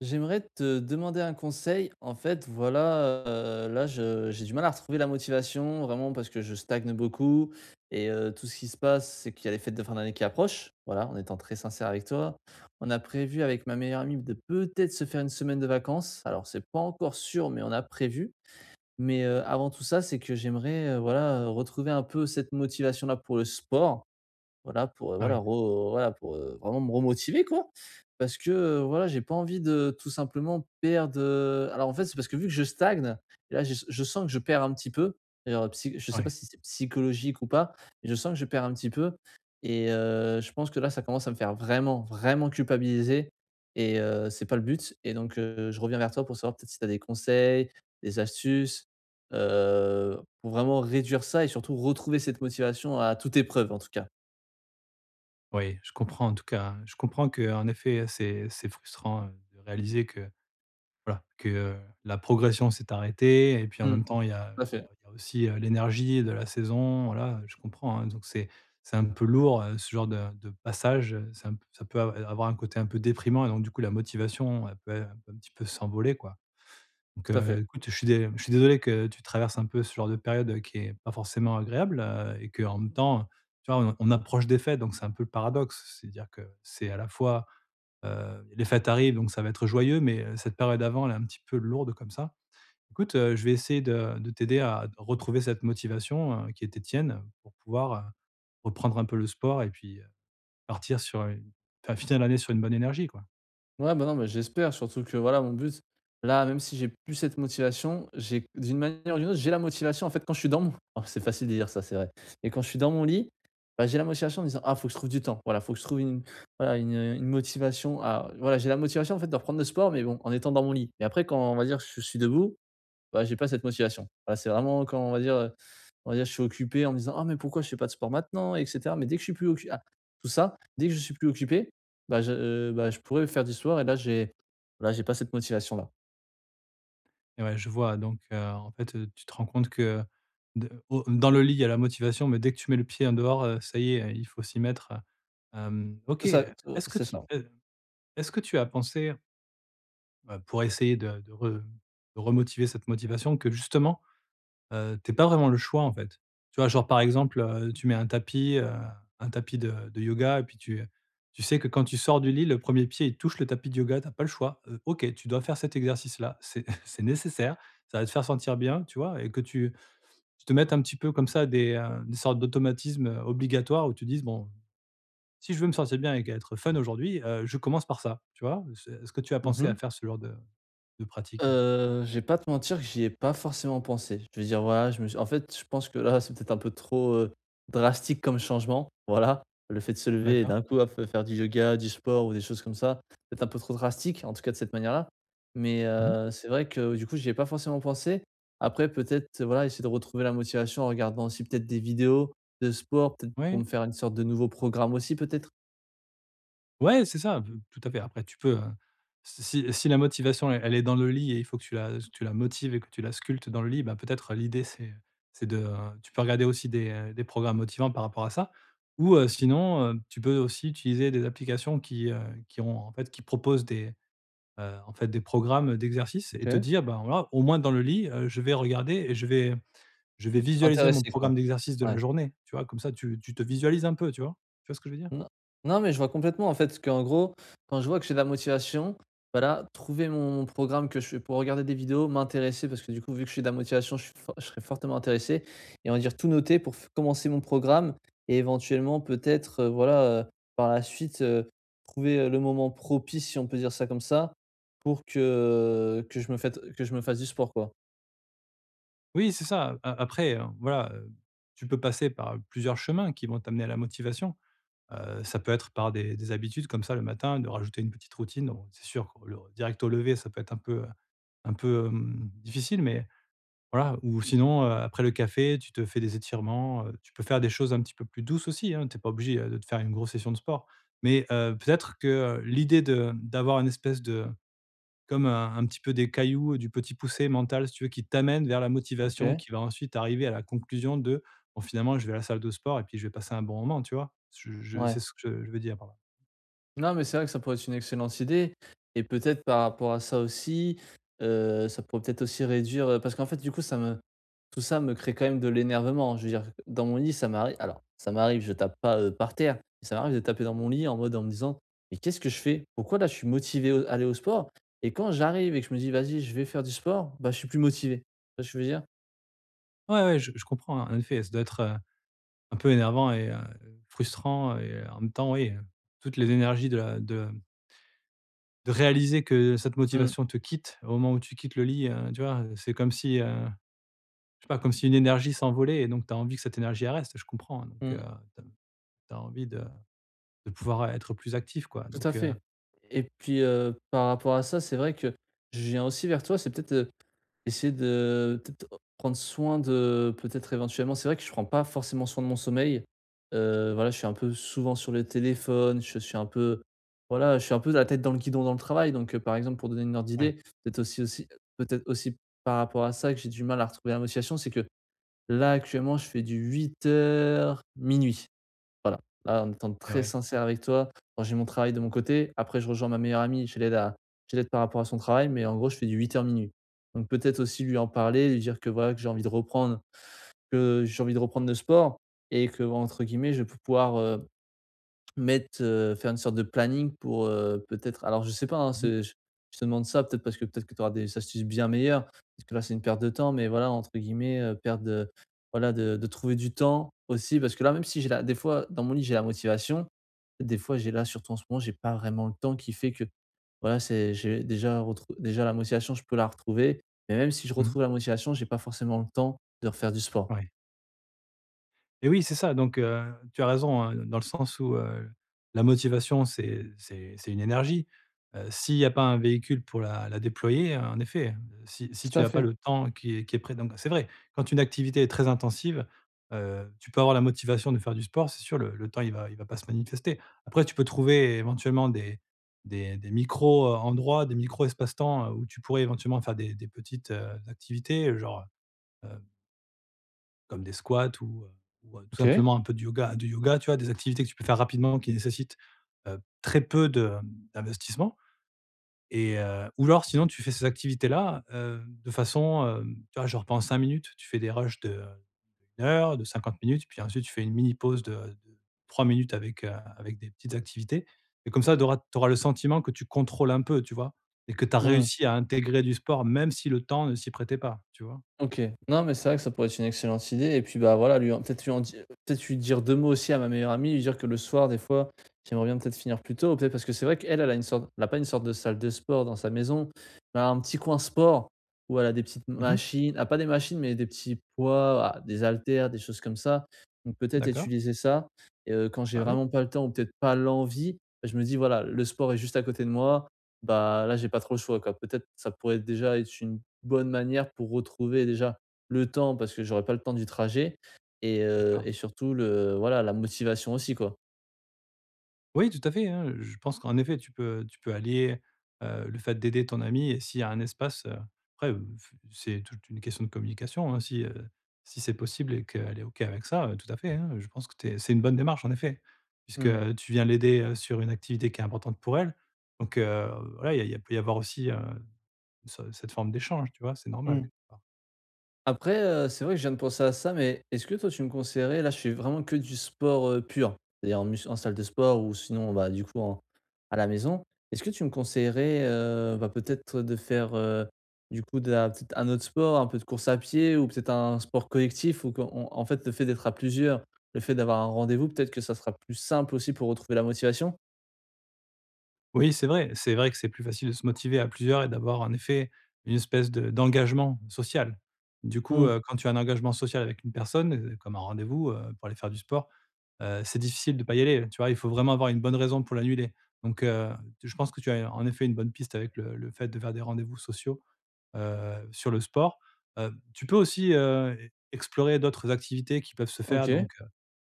J'aimerais te demander un conseil. En fait, voilà, là, je j'ai du mal à retrouver la motivation vraiment parce que je stagne beaucoup et tout ce qui se passe, c'est qu'il y a les fêtes de fin d'année qui approchent. Voilà, en étant très sincère avec toi. On a prévu avec ma meilleure amie de peut-être se faire une semaine de vacances. Alors c'est pas encore sûr, mais on a prévu. Mais avant tout ça, c'est que j'aimerais, voilà, retrouver un peu cette motivation-là pour le sport. Voilà pour, heu, Ah voilà oui, re voilà pour, vraiment me remotiver quoi. Parce que, voilà j'ai pas envie de tout simplement perdre, alors en fait c'est parce que vu que je stagne, et là je sens que je perds un petit peu, d'ailleurs psy je ah sais pas ouais, si c'est psychologique ou pas, mais je sens que je perds un petit peu et je pense que là ça commence à me faire vraiment, vraiment culpabiliser et c'est pas le but et donc je reviens vers toi pour savoir peut-être si tu as des conseils, des astuces, pour vraiment réduire ça et surtout retrouver cette motivation à toute épreuve en tout cas. oui, je comprends en tout cas. Je comprends que en effet, c'est frustrant, de réaliser que, voilà, que, la progression s'est arrêtée et puis en Mmh. même temps, il y a Tout à il y a fait, il y a aussi, l'énergie de la saison, voilà, je comprends, hein. Donc c'est un peu lourd, ce genre de passage, c'est un p ça peut av avoir un côté un peu déprimant et donc du coup, la motivation, elle peut un petit peu s'envoler, quoi. Donc, tout à fait. écoute, je suis désolé que tu traverses un peu ce genre de période, qui est pas forcément agréable, et que en même temps, tu vois, on approche des fêtes, donc c'est un peu le paradoxe. C'est-à-dire que c'est à la fois, les fêtes arrivent, donc ça va être joyeux, mais cette période avant, elle est un petit peu lourde comme ça. Écoute, je vais essayer de t'aider à retrouver cette motivation, qui était tienne pour pouvoir, reprendre un peu le sport et puis, partir sur une enfin, finir l'année sur une bonne énergie, quoi. Ouais, bah, non, mais j'espère surtout que voilà, mon but, là, même si j'ai plus cette motivation, j'ai d'une manière ou d'une autre, j'ai la motivation en fait quand je suis dans mon oh, c'est facile de dire ça, c'est vrai. Et quand je suis dans mon lit, bah, j'ai la motivation en me disant: «Ah, faut que je trouve du temps». Voilà, faut que je trouve une motivation à voilà, j'ai la motivation en fait de reprendre le sport, mais bon, en étant dans mon lit. Et après quand on va dire je suis debout, bah, j'ai pas cette motivation. Voilà, c'est vraiment quand on va dire, je suis occupé en me disant: «Ah mais pourquoi je fais pas de sport maintenant?» et cetera. Mais dès que je suis plus occupé, bah, je pourrais faire du sport et là j'ai pas cette motivation là. Et ouais, je vois, donc en fait, tu te rends compte que de au dans le lit, il y a la motivation, mais dès que tu mets le pied en dehors, ça y est, il faut s'y mettre. OK, Tout ça, tout c'est ça. Est-ce que tu as pensé, pour essayer de remotiver cette motivation que justement tu pas vraiment le choix, en fait. Tu vois? Genre, par exemple, tu mets un tapis de yoga et puis tu sais que quand tu sors du lit, le premier pied, il touche le tapis de yoga, t'as pas le choix. OK, tu dois faire cet exercice-là, c'est c'est nécessaire, ça va te faire sentir bien, tu vois? Et que tu te mettes un petit peu comme ça des sortes d'automatismes, obligatoires où tu dises: «Bon, si je veux me sentir bien et être fun aujourd'hui, je commence par ça», tu vois? C'est est-ce que tu as pensé à Mmh. faire ce genre de pratique? Je vais pas te mentir que j'y ai pas forcément pensé. Je veux dire, voilà, je me suis en fait, je pense que là, c'est peut-être un peu trop, drastique comme changement, voilà. Le fait de se lever et D'accord. d'un coup, hop, faire du yoga, du sport ou des choses comme ça, peut-être un peu trop drastique, en tout cas de cette manière-là. Mais Mmh mh. C'est vrai que, du coup, j'y ai pas forcément pensé. Après peut-être, voilà, essayer de retrouver la motivation en regardant aussi peut-être des vidéos de sport, peut-être pour Ouais. me faire une sorte de nouveau programme aussi peut-être? Ouais, c'est ça, tout à fait. Après tu peux, si la motivation elle est dans le lit et il faut que tu la motives et que tu la sculptes dans le lit, bah, peut-être l'idée c'est de tu peux regarder aussi des programmes motivants par rapport à ça ou sinon, tu peux aussi utiliser des applications qui ont en fait qui proposent des, en fait des programmes d'exercices et te OK. dire: «Bah, voilà, au moins dans le lit, je vais regarder et je vais visualiser mon M'intéresser quoi, programme d'exercice de la ouais. journée», tu vois? Comme ça tu te visualises un peu, tu vois? Tu vois ce que je veux dire? Non, non, mais je vois complètement, en fait, parce qu'en gros, quand je vois que j'ai de la motivation, voilà, trouver mon programme que je fais pour regarder des vidéos, m'intéresser, parce que du coup, vu que j'ai de la motivation, je serai fortement intéressé, et on va dire tout noter pour commencer mon programme, et éventuellement, peut-être, voilà, par la suite, trouver le moment propice, si on peut dire ça comme ça, pour que je me fasse du sport, quoi. Oui, c'est ça. A après, voilà, tu peux passer par plusieurs chemins qui vont t'amener à la motivation. Ça peut être par des habitudes comme ça le matin, de rajouter une petite routine. Bon, c'est sûr que le direct au lever, ça peut être un peu, difficile, mais voilà. Ou sinon, après le café, tu te fais des étirements, tu peux faire des choses un petit peu plus douces aussi, hein. Tu es pas obligé, de te faire une grosse session de sport. Mais, peut-être que, l'idée de d'avoir une espèce de comme un petit peu des cailloux, du petit poussé mental, si tu veux, qui t'amènent vers la Ok, motivation qui va ensuite arriver à la conclusion de: «Bon, finalement, je vais à la salle de sport et puis je vais passer un bon moment», tu vois? Je ouais. c'est ce que je veux dire par là. Non, mais c'est vrai que ça pourrait être une excellente idée et peut-être par rapport à ça aussi, ça pourrait peut-être aussi réduire, parce qu'en fait, du coup, ça me tout ça me crée quand même de l'énervement. Je veux dire, dans mon lit, ça m'arrive alors ça m'arrive, je tape pas, par terre, mais ça m'arrive de taper dans mon lit en mode en me disant: «Mais qu'est-ce que je fais? Pourquoi là, je suis motivé au à aller au sport?» Et quand j'arrive et que je me dis: «Vas-y, je vais faire du sport», bah, je suis plus motivé. Tu vois ce que je veux dire? Ouais, je comprends, hein, en effet, ça doit être, un peu énervant et frustrant et en même temps, oui, toutes les énergies de la de réaliser que cette Mmh, motivation te quitte au moment où tu quittes le lit, tu vois? C'est comme si, je sais pas, comme si une énergie s'envolait et donc tu as envie que cette énergie, elle reste, je comprends, hein. Donc mmh, tu as envie de pouvoir être plus actif quoi, tout à donc fait et puis, par rapport à ça, c'est vrai que je viens aussi vers toi, c'est peut-être, essayer de peut-être prendre soin de peut-être éventuellement c'est vrai que je prends pas forcément soin de mon sommeil. Voilà, je suis un peu souvent sur le téléphone, je suis un peu voilà, je suis un peu la tête dans le guidon dans le travail donc par exemple, pour donner une ordre ouais, d'idée, peut-être aussi aussi peut-être aussi par rapport à ça que j'ai du mal à retrouver la motivation, c'est que là, actuellement, je fais du 8h-minuit voilà, là, en étant et très ouais. sincère avec toi. Alors, j'ai mon travail de mon côté. Après, je rejoins ma meilleure amie, je l'aide par rapport à son travail, mais en gros, je fais du 8h-minuit. Donc peut-être aussi lui en parler, lui dire que voilà, que j'ai envie de reprendre le sport et que entre guillemets, je peux pouvoir, mettre, faire une sorte de planning pour, peut-être alors je sais pas, hein, Mmh mh. c'est je te demande ça peut-être parce que peut-être que tu auras des astuces bien meilleures, parce que là c'est une perte de temps, mais voilà entre guillemets, perte de voilà de trouver du temps aussi parce que là même si j'ai la des fois dans mon lit j'ai la motivation, des fois j'ai là surtout en ce moment j'ai pas vraiment le temps qui fait que voilà c'est j'ai déjà retrou déjà la motivation je peux la retrouver, mais même si je Mmh. retrouve la motivation, j'ai pas forcément le temps de refaire du sport. Ouais. Et oui, c'est ça, donc tu as raison, hein, dans le sens où, la motivation, c'est une énergie. S'il n'y a pas un véhicule pour la déployer, en effet, si Tout tu à n'as pas fait. le temps qui est pré donc c'est vrai, quand une activité est très intensive, tu peux avoir la motivation de faire du sport, c'est sûr, le temps, il va pas se manifester. Après, tu peux trouver éventuellement des des micros, endroits, des micro espaces-temps, où tu pourrais éventuellement faire des petites, activités, genre, comme des squats ou, tout OK. simplement un peu de yoga, tu vois? Des activités que tu peux faire rapidement qui nécessitent, très peu de, d'investissement et ou alors sinon tu fais ces activités-là, de façon, tu vois, genre pendant 5 minutes, tu fais des rushs de, 1 heure, de 50 minutes, puis ensuite tu fais une mini pause de 3 minutes avec, avec des petites activités et comme ça tu auras le sentiment que tu contrôles un peu, tu vois? Et que tu as Mmh. réussi à intégrer du sport même si le temps ne s'y prêtait pas, tu vois? OK. Non, mais c'est vrai que ça pourrait être une excellente idée et puis, bah, voilà, lui en peut-être lui en di peut-être lui dire 2 mots aussi à ma meilleure amie, lui dire que le soir, des fois, j'aimerais bien peut-être finir plus tôt, peut-être parce que c'est vrai qu'elle, elle a pas une sorte de salle de sport dans sa maison, mais elle a un petit coin sport où elle a des petites Mmh. machines ah, pas des machines, mais des petits poids, ah, des haltères, des choses comme ça. Donc peut-être D'accord. utiliser ça et quand j'ai Bah, oui, vraiment pas le temps ou peut-être pas l'envie, bah, je me dis: «Voilà, le sport est juste à côté de moi, bah, là, j'ai pas trop le choix, quoi. Peut-être, ça pourrait déjà être une bonne manière pour retrouver déjà le temps parce que j'aurais pas le temps du trajet d'accord. et surtout le voilà, la motivation aussi, quoi. Oui, tout à fait, hein. Je pense qu'en effet, tu peux allier, le fait d'aider ton ami et s'il y a un espace, après, f c'est toute une question de communication, hein. Si, si c'est possible et qu'elle est OK avec ça, tout à fait, hein. Je pense que tu c'est une bonne démarche, en effet, puisque, Mmh. Tu viens l'aider, sur une activité qui est importante pour elle. Donc, voilà, il peut y avoir aussi, ce cette forme d'échange, tu vois? C'est normal. Mmh. Après, c'est vrai que je viens de penser à ça, mais est-ce que toi tu me conseillerais là je fais vraiment que du sport, pur, c'est-à-dire en salle de sport ou sinon, bah, du coup en à la maison. Est-ce que tu me conseillerais, bah, peut-être de faire, du coup de la peut-être un autre sport, un peu de course à pied ou peut-être un sport collectif ou qu'on on en fait le fait d'être à plusieurs, le fait d'avoir un rendez-vous peut-être que ça sera plus simple aussi pour retrouver la motivation? Oui, c'est vrai. C'est vrai que c'est plus facile de se motiver à plusieurs et d'avoir en effet une espèce de d'engagement social. Du coup, Mmh. Quand tu as un engagement social avec une personne, comme un rendez-vous, pour aller faire du sport, c'est difficile de pas y aller, tu vois? Il faut vraiment avoir une bonne raison pour l'annuler. Donc, je pense que tu as en effet une bonne piste avec le fait de faire des rendez-vous sociaux, sur le sport. Tu peux aussi, explorer d'autres activités qui peuvent se faire OK, donc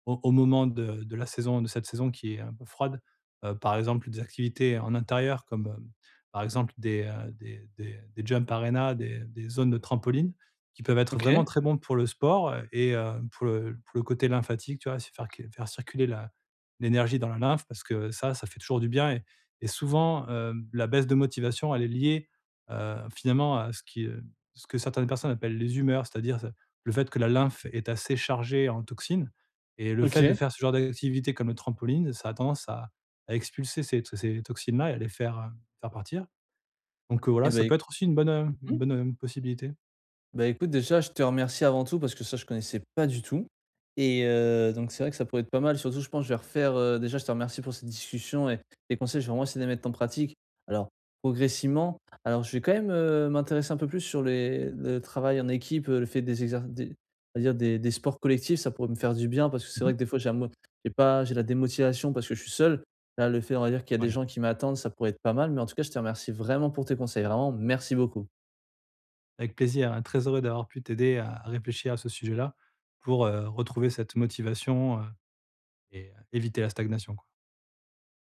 au moment de cette saison qui est un peu froide, par exemple des activités en intérieur comme, par exemple des, des jump arenas, des zones de trampoline qui peuvent être vraiment OK, très bons pour le sport et pour le côté lymphatique, tu vois? C'est faire que faire circuler la l'énergie dans la lymphe parce que ça fait toujours du bien et souvent, la baisse de motivation, elle est liée, finalement à ce que certaines personnes appellent les humeurs, c'est-à-dire, le fait que la lymphe est assez chargée en toxines et le fait de OK faire ce genre d'activité comme le trampoline, ça a tendance à expulser ces toxines-là et à les faire, faire partir. Donc, et voilà, ça beh, peut être aussi mmh. une bonne, possibilité. Bah, écoute, déjà, je te remercie avant tout parce que ça, je connaissais pas du tout et donc c'est vrai que ça pourrait être pas mal. Surtout, je pense, que je vais refaire, déjà, je te remercie pour cette discussion et les conseils, je vais vraiment essayer de les mettre en pratique. Alors, progressivement, alors je vais quand même, m'intéresser un peu plus sur les le travail en équipe, le fait des on va dire des sports collectifs, ça pourrait me faire du bien parce que c'est vrai Mmh. que des fois, j'ai pas j'ai la démotivation parce que je suis seul. Là, le fait, on va dire qu'il y a des Ouais. gens qui m'attendent, ça pourrait être pas mal, mais en tout cas, je te remercie vraiment pour tes conseils. Vraiment, merci beaucoup. Avec plaisir, hein, très heureux d'avoir pu t'aider à réfléchir à ce sujet-là pour, retrouver cette motivation, et éviter la stagnation.